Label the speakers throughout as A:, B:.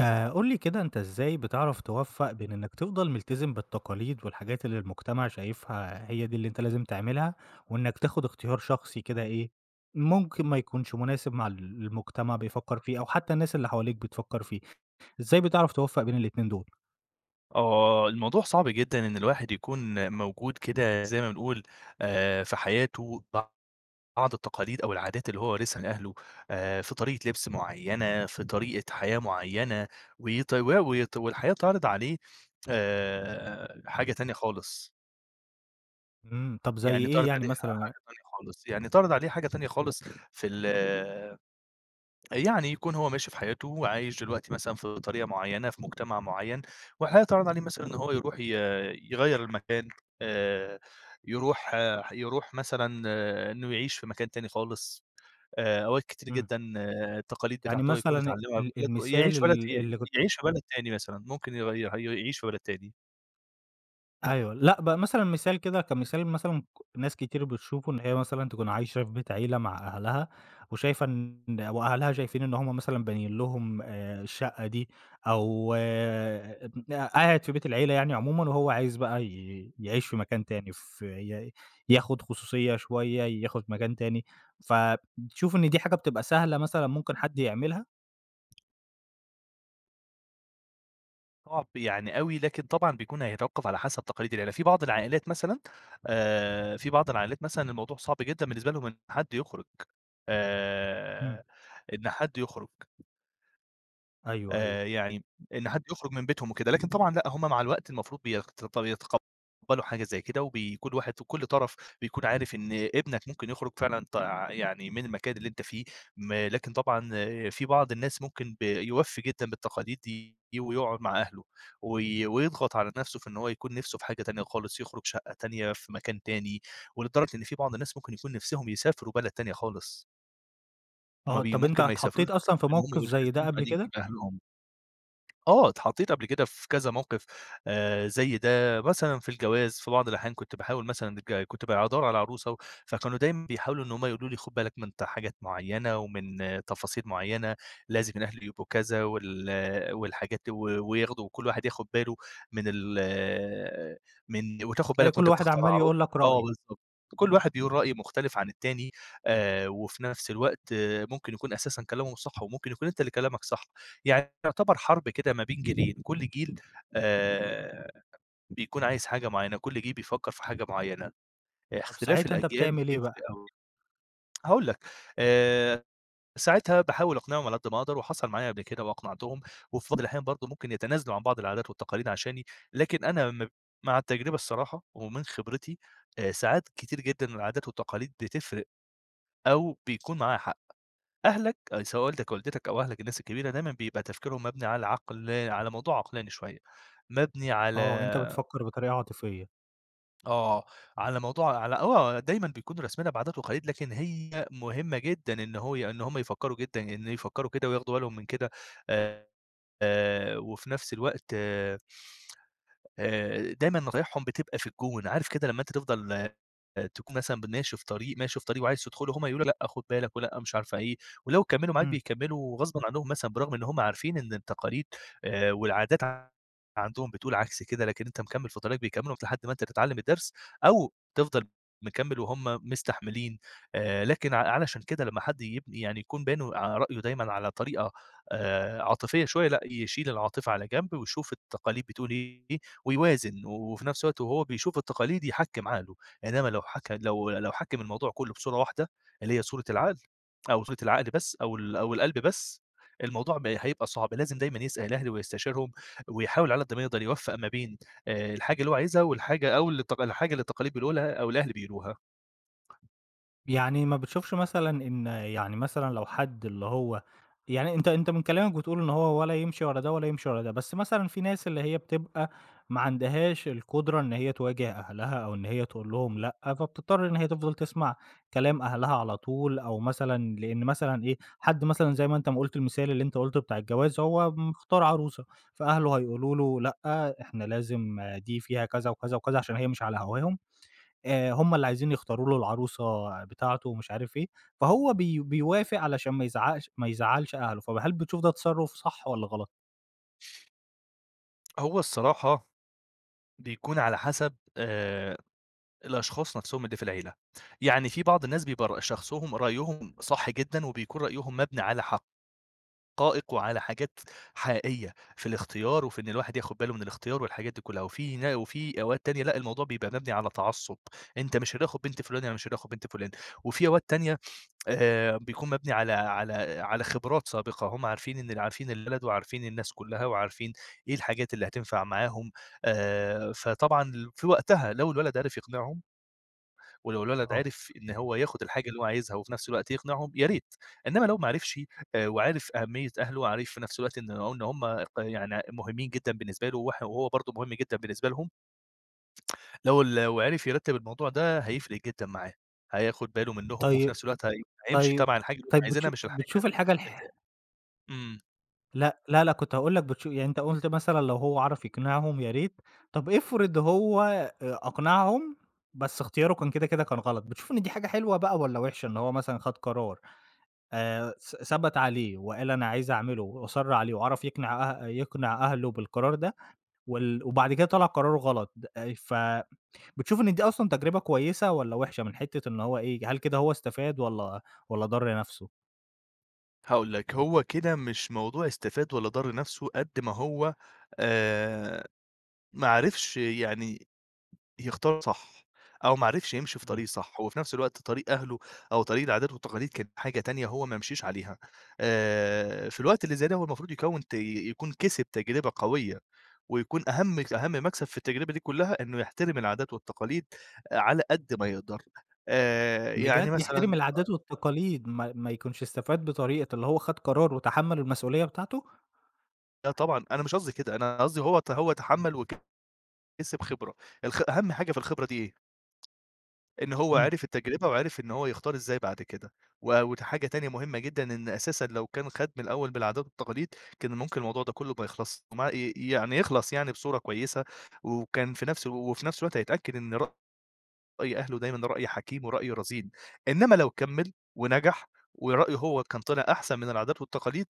A: قُل لي كده أنت إزاي بتعرف توفّق بين إنك تفضل ملتزم بالتقاليد والحاجات اللي المجتمع شايفها هي دي اللي أنت لازم تعملها، وإنك تاخد اختيار شخصي كده إيه، ممكن ما يكونش مناسب مع المجتمع بيفكّر فيه أو حتى الناس اللي حواليك بتفكّر فيه، إزاي بتعرف توفّق بين الاتنين دول؟
B: آه، الموضوع صعب جدًا إن الواحد يكون موجود كده زي ما بنقول في حياته بعض التقاليد أو العادات اللي هو وارثها من أهله، في طريقة لبس معيّنة، في طريقة حياة معيّنة، و والحياة تعرض عليه حاجة تانية خالص،
A: طَب زي
B: يعني
A: إيه
B: تعرض
A: يعني
B: عليه حاجة
A: مثلًا؟
B: تانية خالص، يعني تعرض عليه حاجة تانية خالص في ال يعني يكون هو ماشي في حياته وعايش دلوقتي مثلًا في طريقة معيّنة، في مجتمع معيّن، وحاجة تعرض عليه مثلًا إن هو يروح يغيّر المكان، آآ يروح آه، يروح مثلًا آه، إنه يعيش في مكان تاني خالص، أوقات كتير
A: إمم،
B: جدًا آه، التقاليد
A: يعني
B: بتاعته هو يكون
A: مثلًا
B: اتعلمها في
A: ال
B: بلده،
A: المثال ال اللي كنت
B: يعيش في بلد تاني مثلًا، ممكن يغيّر يعيش في بلد تاني.
A: أيوه، لأ بقى مثلًا مثال كده كمثال مثلًا ناس كتير بتشوفه إن هي مثلًا تكون عايشة في بيت عيلة مع أهلها، وشايفة وأهلها شايفين إن هُم مثلًا بانيين لهم الشقة دي، أو قاعد في بيت العيلة يعني عمومًا وهو عايز بقى يعيش في مكان تاني، في ياخد خصوصية شوية، ياخد مكان تاني، فتشوف إن دي حاجة بتبقى سهلة مثلًا ممكن حد يعملها؟
B: صعب يعني أوي، لكن طبعًا بيكون هيتوقف على حسب تقاليد العيلة، في بعض العائلات مثلًا في بعض العائلات مثلًا الموضوع صعب جدًا بالنسبة لهم إن حد يخرج.
A: إمم،
B: آآ إن حد يخرج،
A: أيوه، أيوه،
B: يعني إن حد يخرج من بيتهم وكده، لكن طبعًا لأ، هم مع الوقت المفروض بيتقبّلوا حاجة زي كده، وبيكون كل طرف بيكون عارف إن ابنك ممكن يخرج فعلًا يعني من المكان اللي أنت فيه، لكن طبعًا في بعض الناس ممكن يوفّي جدًا بالتقاليد دي ويقعد مع أهله، ويضغط على نَفْسه في إن هو يكون نِفْسه في حاجة تانية خالص، يخرج شقة تانية في مكان تاني، ولدرجة إن في بعض الناس ممكن يكون نِفْسهم يسافروا بلد تانية خالص. وما
A: آه،
B: بي
A: طب أنت
B: ممكن ما يسافروش
A: اتحطيت
B: بسبب
A: أصلًا في
B: إن هم
A: موقف زي ده
B: ملتزمين
A: قبل
B: قاعدين
A: كده؟
B: جنب أهلهم. آه، اتحطيت قبل كده في كذا موقف زي ده، مثلًا في الجواز في بعض الأحيان كنت باحاول مثلًا كنت بادوّر على عروسة، فكانوا دايمًا بيحاولوا إن هم يقولوا لي خُد بالك من حاجات معيّنة ومن آه، تفاصيل معيّنة، لازم الأهل يبقوا كذا آه، والحاجات وياخدوا وكل واحد ياخد باله من ال آه، من وتاخد
A: تلاقي
B: بالك
A: كل
B: وأنت
A: واحد
B: بتختار
A: عمّال يقول
B: عروستك
A: لك
B: آه
A: رأي.
B: بالضبط. كل واحد بيقول رأي مختلف عن التاني، وفي نفس الوقت آه ممكن يكون أساسًا كلامهم صح وممكن يكون أنت اللي كلامك صح. يعني يعتبر حرب كده ما بين جيلين، كل جيل آآ بيكون عايز حاجة معيّنة، كل جيل بيفكّر في حاجة معيّنة،
A: طب
B: اختلاف
A: ساعتها أنت
B: الأجيال
A: بتعمل إيه
B: بيفرق
A: بقى؟
B: أوي. هاقول لك، آآ ساعتها باحاول أقنعهم على قد ما أقدر وحصل معايا قبل كده وأقنعتهم، وفي بعض الأحيان برضه ممكن يتنازلوا عن بعض العادات والتقاليد عشاني، لكن أنا مع التجربة الصراحة ومن خبرتي، ساعات كتير جدًا العادات والتقاليد بتفرق أو بيكون معاها حق. أهلك سواء والدك أو والدتك أو أهلك الناس الكبيرة دايمًا بيبقى تفكيرهم مبني على عقل على موضوع عقلاني شوية، مبني على
A: آه، أنت بتفكّر بطريقة عاطفية،
B: آه، على موضوع على آه، دايمًا بيكونوا راسمينها بعادات وتقاليد، لكن هي مهمة جدًا إن هو إن هم يفكّروا جدًا إن يفكّروا كده وياخدوا بالهم من كده، آآ وفي نفس الوقت دايمًا نصايحهم بتبقى في الجون، عارف كده لمّا أنت تفضل تكون مثلًا ماشي في طريق، ماشي في طريق وعايز تدخله، هُم يقولوا لأ خُد بالك ولأ مش عارفة إيه، ولو كمّلوا معاك
A: إمم.
B: بيكمّلوا غصبًا عنهم مثلًا برغم إن هُم عارفين إن التقاليد والعادات عندهم بتقول عكس كده، لكن أنت مكمّل في طريقك بيكمّلوا لحد ما أنت تتعلم الدرس أو تفضل مكمّل وهُم مستحملين. لكن علشان كده لمّا حد يبني يعني يكون باين ع رأيه دايمًا على طريقة عاطفية شوية، لأ يشيل العاطفة على جنب ويشوف التقاليد بتقول إيه ويوازن، وفي نفس الوقت وهو بيشوف التقاليد يحكّم عقله، إنما لو حكى لو لو حكّم الموضوع كلّه بصورة واحدة اللي هي صورة العقل أو صورة العقل بس أو القلب بس، الموضوع هيبقى صعب، لازم دايمًا يسأل أهله ويستشيرهم ويحاول على قد ما يقدر يوفّق ما بين الحاجة اللي هو عايزها والحاجة أو التق الحاجة اللي التقاليد بنقولها أو الأهل بيقولوها.
A: يعني ما بتشوفش مثلًا إن يعني مثلًا لو حد اللي هو يعني أنت من كلامك بتقول إن هو ولا يمشي ورا ده ولا يمشي ورا ده، بس مثلًا في ناس اللي هي بتبقى ما عندهاش القدرة إن هي تواجه أهلها أو إن هي تقول لهم لأ، فبتضطر إن هي تفضل تسمع كلام أهلها على طول، أو مثلًا لإن مثلًا إيه، حد مثلًا زي ما أنت ما قُلت المثال اللي أنت قُلته بتاع الجواز، هو مختار عروسة، فأهله هيقولوا له لأ، إحنا لازم آه، دي فيها كذا وكذا وكذا عشان هي مش على هواهم. هم اللي عايزين يختاروا له العروسة بتاعته ومش عارف إيه، فهو بيوافق علشان ما يزعقش ما يزعّلش أهله، فهل بتشوف ده تصرُّف صح والّا غلط؟
B: هو الصراحة بيكون على حسب الأشخاص نفسهم اللي في العيلة، يعني في بعض الناس بيبقى شخصهم رأيهم صح جدًا وبيكون رأيهم مبني على حق. دقائق وعلى حاجات حقيقية في الاختيار، وفي إن الواحد ياخد باله من الاختيار والحاجات دي كلّها، وفي أوقات تانية لأ، الموضوع بيبقى مبني على تعصُّب، أنت مش هتاخد بنت فلان، أنا مش هتاخد بنت فلان، وفي أوقات تانية بيكون مبني على على خبرات سابقة، هم عارفين إن عارفين البلد وعارفين الناس كلّها وعارفين إيه الحاجات اللي هتنفع معاهم، فطبعًا في وقتها لو الولد عرف يقنعهم ولو الولد
A: آه،
B: عرف إن هو ياخد الحاجة اللي هو عايزها وفي نفس الوقت يقنعهم يا ريت، إنّما لو ما عرفش وعارف أهمية أهله وعارف في نفس الوقت إن هم يعني مهمين جدًا بالنسبة له وهو برضه مهم جدًا بالنسبة لهم، لو عرف يرتّب الموضوع ده هيفرق جدًا معاه، هياخد باله منّهم وفي
A: طيب
B: نفس الوقت هيمشي
A: طيب
B: تبع الحاجة اللي هم
A: طيب
B: عايزينها مش الحاجة
A: بتشوف الحاجة
B: الت إمم.
A: لأ، لا، لأ، كنت هاقول لك يعني أنت قُلت مثلًا لو هو عرف يقنعهم يا ريت، طَب افرض هو أقنعهم بس اختياره كان كده، كده كان غلط، بتشوف إن دي حاجة حلوة بقى والّا وِحشة؟ إن هو مثلًا خَد قرار ث ثَبَت عليه وقال أنا عايز أعمله وأصَرّ عليه وعرف يقنع يقنع أهله بالقرار ده؟ وبعد كده طلع قراره غلط د فبتشوف إن دي أصلًا تجربة كويسة والّا وحشة من حتة إن هو إيه، هل كده هو استفاد والّا ضَر نَفْسه؟
B: هاقول لك، هو كده مش موضوع استفاد والّا ضَر نفسه قد ما هو آآ ما عرفش يعني يختار صح، أو ما عرفش يمشي في
A: إمم،
B: طريق صح، وفي نفس الوقت طريق أهله أو طريق العادات والتقاليد كانت حاجة تانية هو ما مشيش عليها. في الوقت اللي زي ده هو المفروض يكوّن ت يكون كسب تجربة قوية، ويكون أهم مكسب في التجربة دي كلّها إنه يحترم العادات والتقاليد على قد ما يقدر. يعني
A: بجد يحترم
B: مثلًا
A: العادات والتقاليد ما يكونش استفاد بطريقة اللي هو خَد قرار وتحمّل المسؤولية بتاعته؟
B: آه طبعًا، أنا مش قصدي كده، أنا قصدي هو تحمّل وكسب خبرة، أهم حاجة في الخبرة دي إيه؟ إن هو
A: إمم،
B: عرف التجربة وعرف إن هو يختار إزاي بعد كده، وحاجة تانية مهمة جدًا إن أساسًا لو كان خَد من الأول بالعادات والتقاليد، كان ممكن الموضوع ده كله ما يخلص ومع ي يعني يخلص يعني بصورة كويسة، وكان في نفس وفي نفس الوقت هيتأكد إن رأي أهله دايمًا رأي حكيم ورأي رزين، إنما لو كمّل ونجح ورأيه هو كان طلع أحسن من العادات والتقاليد،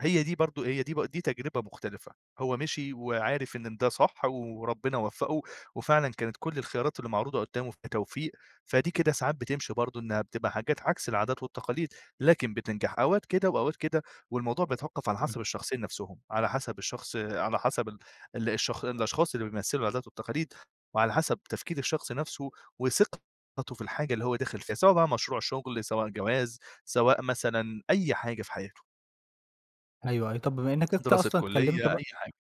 B: هي دي تجربة مختلفة، هو مشي وعارف إن ده صح وربنا وفّقه، وفعلًا كانت كل الخيارات اللي معروضة قدّامه فيها توفيق، فدي كده ساعات بتمشي برضه إنها بتبقى حاجات عكس العادات والتقاليد، لكن بتنجح أوقات كده وأوقات كده، والموضوع بيتوقّف على
A: إمم،
B: حسب الشخصين نفسهم، على حسب الشخص على حسب ال ال الشخ الأشخاص اللي بيمثّلوا العادات والتقاليد، وعلى حسب تفكير الشخص نفسه وثقته في الحاجة اللي هو داخل فيها، سواء بقى مشروع شغل، سواء جواز، سواء مثلًا أي حاجة في حياته،
A: أيوه، أيوه، طَب بما إنّك أنت
B: دراسة
A: أصلًا اتكلّمت
B: كلية، أي
A: بقى
B: حاجة.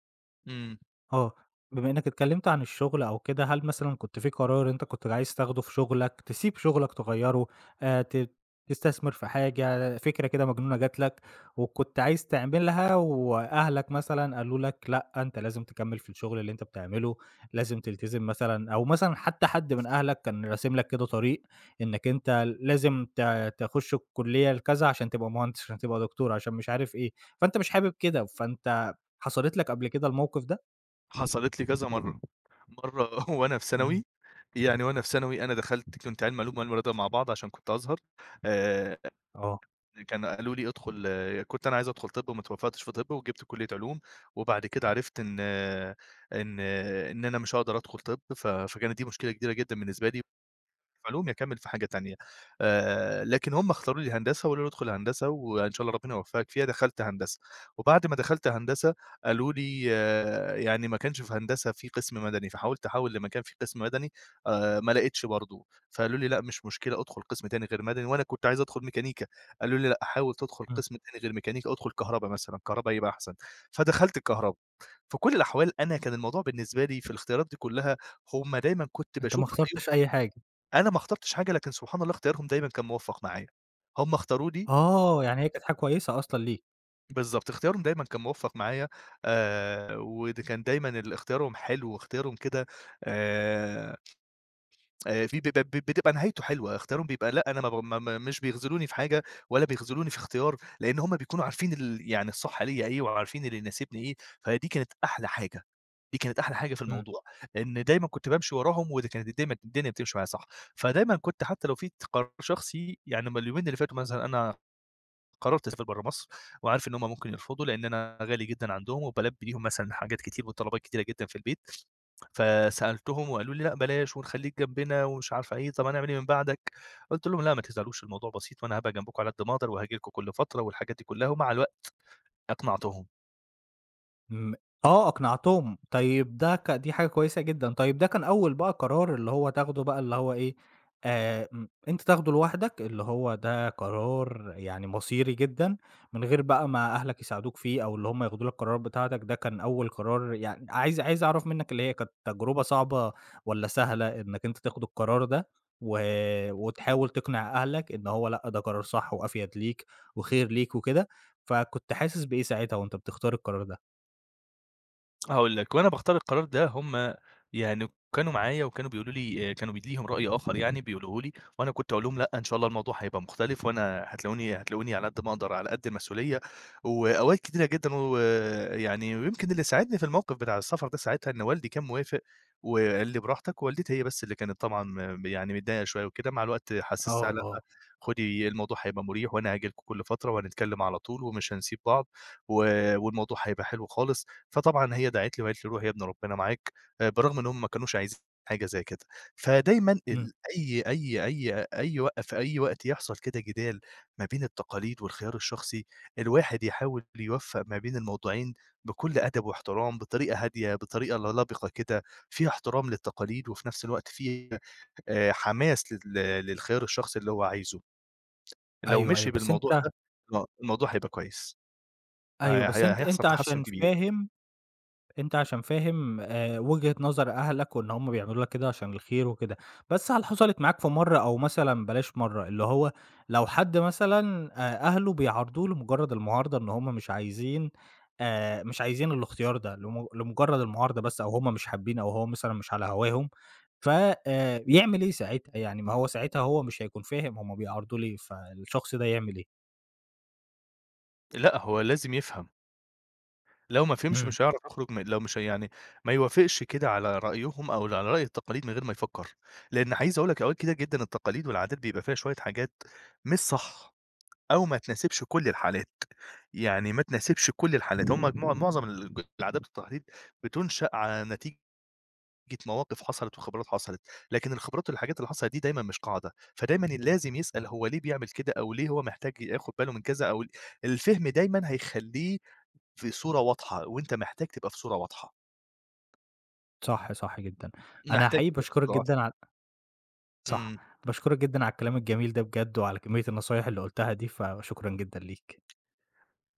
B: إمم.
A: آه، بما إنك اتكلمت عن الشغل أو كده، هل مثلًا كنت في قرار أنت كنت عايز تاخده في شغلك، تسيب شغلك تغيّره، ت تستثمر في حاجة، فكرة كده مجنونة جات لك وكنت عايز تعملها وأهلك مثلًا قالوا لك لأ، أنت لازم تكمّل في الشغل اللي أنت بتعمله، لازم تلتزم مثلًا أو مثلًا حتى حد من أهلك كان راسم لك كده طريق إنك أنت لازم تخش الكلية الكذا عشان تبقى مهندس، عشان تبقى دكتور، عشان مش عارف إيه، فأنت مش حابب كده، فأنت حصلت لك قبل كده الموقف ده؟
B: حصلت لي كذا مرّة، مرّة وأنا في
A: إمم،
B: ثانوي، يعني وأنا في ثانوي أنا دخلت كنت علمي علوم وعلمي رياضة مع بعض عشان كنت أزهر، آآ
A: آه،
B: كان قالوا لي ادخل آه، كنت أنا عايز أدخل طِب وما اتوفقتش في طِب وجِبت كلية علوم، وبعد كده عرفت إن إن أنا مش هاقدر أدخل طِب، فكانت دي مشكلة كبيرة جدًا بالنسبة لي. في علوم، يا أكمّل في حاجة تانية، لكن هُم اختاروا لي هندسة وقالوا لي ادخل هندسة وإن شاء الله ربنا يوفّقك فيها، دخلت هندسة، وبعد ما دخلت هندسة قالوا لي آه يعني ما كانش في هندسة في قسم مدني، فحاولت أحوّل لمكان فيه قسم مدني، ما لقيتش برضه، فقالوا لي: "لأ مش مشكلة ادخل قسم تاني غير مدني." وأنا كنت عايز ادخل ميكانيكا، قالوا لي: "لأ حاول تدخل
A: إمم،
B: قسم تاني غير ميكانيكا، ادخل كهربا مثلًا، كهربا هيبقى أحسن." فدخلت الكهربا، في كل الأحوال أنا كان الموضوع بالنسبة لي في الاختيارات دي كلّها هُم دايمًا كنت
A: أنت
B: باشوف
A: ما خسرتش أي حاجة،
B: أنا ما اخترتش حاجة، لكن سبحان الله اختيارهم دايمًا كان موفّق معايا، هم اختاروا لي
A: آه، يعني هي كانت حاجة كويسة أصلًا ليك،
B: بالضبط، اختيارهم دايمًا كان موفّق معايا، وده كان دايمًا اختيارهم حلو واختيارهم كده آآ في بتبقى نهايته حلوة، اختيارهم بيبقى لأ أنا ما ب ما ما مش بيخذلوني في حاجة، ولا بيخذلوني في اختيار، لإن هُم بيكونوا عارفين يعني الصح ليّا إيه، وعارفين اللي يناسبني إيه، فدي كانت أحلى حاجة، دي كانت أحلى حاجة في
A: إمم.
B: الموضوع، إن دايمًا كنت بامشي وراهم، وده كانت دايمًا الدنيا بتمشي معايا صح، فدايمًا كنت حتى لو في قرار شخصي يعني اليومين اللي فاتوا مثلًا أنا قررت أسافر برّه مصر، وعارف إن هُم ممكن يرفضوا لإن أنا غالي جدًا عندهم، وبالبّي ليهم مثلًا حاجات كتير وطلبات كتيرة جدًا في البيت. فسألتهم وقالوا لي: "لأ بلاش ونخلّيك جنبنا." ومش عارفة إيه، "طَب هنعمل إيه من بعدك؟" قُلت لهم: "لأ ما تزعلوش الموضوع بسيط وأنا هابقى جنبكم على قد ما أقدر وهاجي لكم كل فترة." والحاجات دي كلّها، ومع الوقت أقنعتهم.
A: إمم، آه أقنعتهم، طيب ده ك دي حاجة كويسة جدًا، طيب ده كان أول بقى قرار اللي هو تاخده بقى اللي هو إيه، م أنت تاخده لوحدك، اللي هو ده قرار يعني مصيري جدًا، من غير بقى ما أهلك يساعدوك فيه أو اللي هُم ياخدوا لك القرارات بتاعتك، ده كان أول قرار يعني عايز أعرف منك اللي هي كانت تجربة صعبة والّا سهلة إنك أنت تاخد القرار ده، و وتحاول تقنع أهلك إن هو لأ، ده قرار صح وأفيد ليك وخير ليك وكده، فكنت حاسس بإيه ساعتها وأنت بتختار القرار ده؟
B: هاقول لك، وأنا باختار القرار ده هم يعني كانوا معايا وكانوا بيقولوا لي آه، كانوا ليهم رأي آخر يعني بيقولوه لي، وأنا كنت أقول لهم لأ، إن شاء الله الموضوع هيبقى مختلف وأنا هتلاقوني على قد ما أقدر، على قد المسؤولية، وأوقات كتيرة جدًا ويعني ويمكن اللي ساعدني في الموقف بتاع السفر ده ساعتها إن والدي كان موافق وقال لي براحتك، والدتي هي بس اللي كانت طبعًا يعني متضايقة شوية وكده، مع الوقت حسستها
A: آه،
B: لأ،
A: آه،
B: خدي الموضوع هيبقى مريح وأنا هاجي لكم كل فترة وهنتكلم على طول ومش هنسيب بعض، و والموضوع هيبقى حلو خالص. فطبعًا هي دعِت لي وقالت لي: "روح يا ابن ربنا معاك." بالرغم إن هم ما كانوش عايزين حاجة زي كده. فدايمًا
A: إمم،
B: ال أي أي أي أي وق في أي وقت يحصل كده جدال ما بين التقاليد والخيار الشخصي، الواحد يحاول يوفّق ما بين الموضوعين بكل أدب واحترام، بطريقة هادية، بطريقة لبِقة كده، فيها احترام للتقاليد وفي نفس الوقت فيها حماس للخيار الشخصي اللي هو عايزه. لو
A: أيوه،
B: مشي
A: أيوه، بس
B: بالموضوع ده،
A: أنت
B: آه، الموضوع هيبقى كويس.
A: أيوه،
B: هي
A: بس
B: هي
A: أنت
B: هيحصل
A: أنت
B: تحسُّن
A: عشان
B: كبير.
A: فاهم أنت عشان فاهم وجهة نظر أهلك وإن هُم بيعملوا لك كده عشان الخير وكده، بس هل حصلت معاك في مرّة أو مثلًا بلاش مرّة، اللي هو لو حد مثلًا أهله بيعارضوه لمجرد المعارضة إن هُم مش عايزين مش عايزين الاختيار ده لم لمجرد المعارضة بس أو هُم مش حابين أو هو مثلًا مش على هواهم، ف يعمل إيه ساعتها يعني؟ ما هو ساعتها هو مش هيكون فاهم هُم بيعارضوه ليه، فالشخص ده يعمل إيه؟
B: لأ، هو لازم يفهم. لو ما فهمش
A: إمم.
B: مش هيعرف يخرج من لو مش هي- يعني ما يوافقش كده على رأيهم أو على رأي التقاليد من غير ما يفكّر، لإن عايز أقول لك أوقات كتير جدًا التقاليد والعادات بيبقى فيها شوية حاجات مش صح أو ما تناسبش كل الحالات، يعني ما تناسبش كل الحالات، هم مجموع معظم العادات والتقاليد بتُنشأ على نتيجة مواقف حصلت وخبرات حصلت، لكن الخبرات والحاجات اللي حصلت دي دايمًا مش قاعدة، فدايمًا لازم يسأل هو ليه بيعمل كده أو ليه هو محتاج ياخد باله من كذا أو ال الفهم دايمًا هيخلّيه في صورة واضحة، وأنت محتاج تبقى في صورة واضحة،
A: صح، صح جدًا. أنا
B: محتاج
A: حقيقي
B: تبقى في
A: باشكرك
B: صورة
A: جدًا
B: واضحة.
A: صح،
B: إمم.
A: باشكرك جدًا على الكلام الجميل ده بجد وعلى كمية النصايح اللي قُلتها دي، فشكرًا جدًا ليك.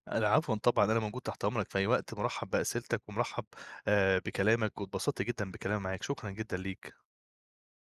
B: أنا عفوًا طبعًا، أنا موجود تحت أمرك في أي وقت، مُرحّب بأسئلتك ومُرحّب بكلامك، واتبسطت جدًا بكلامي معاك، شكرًا جدًا ليك.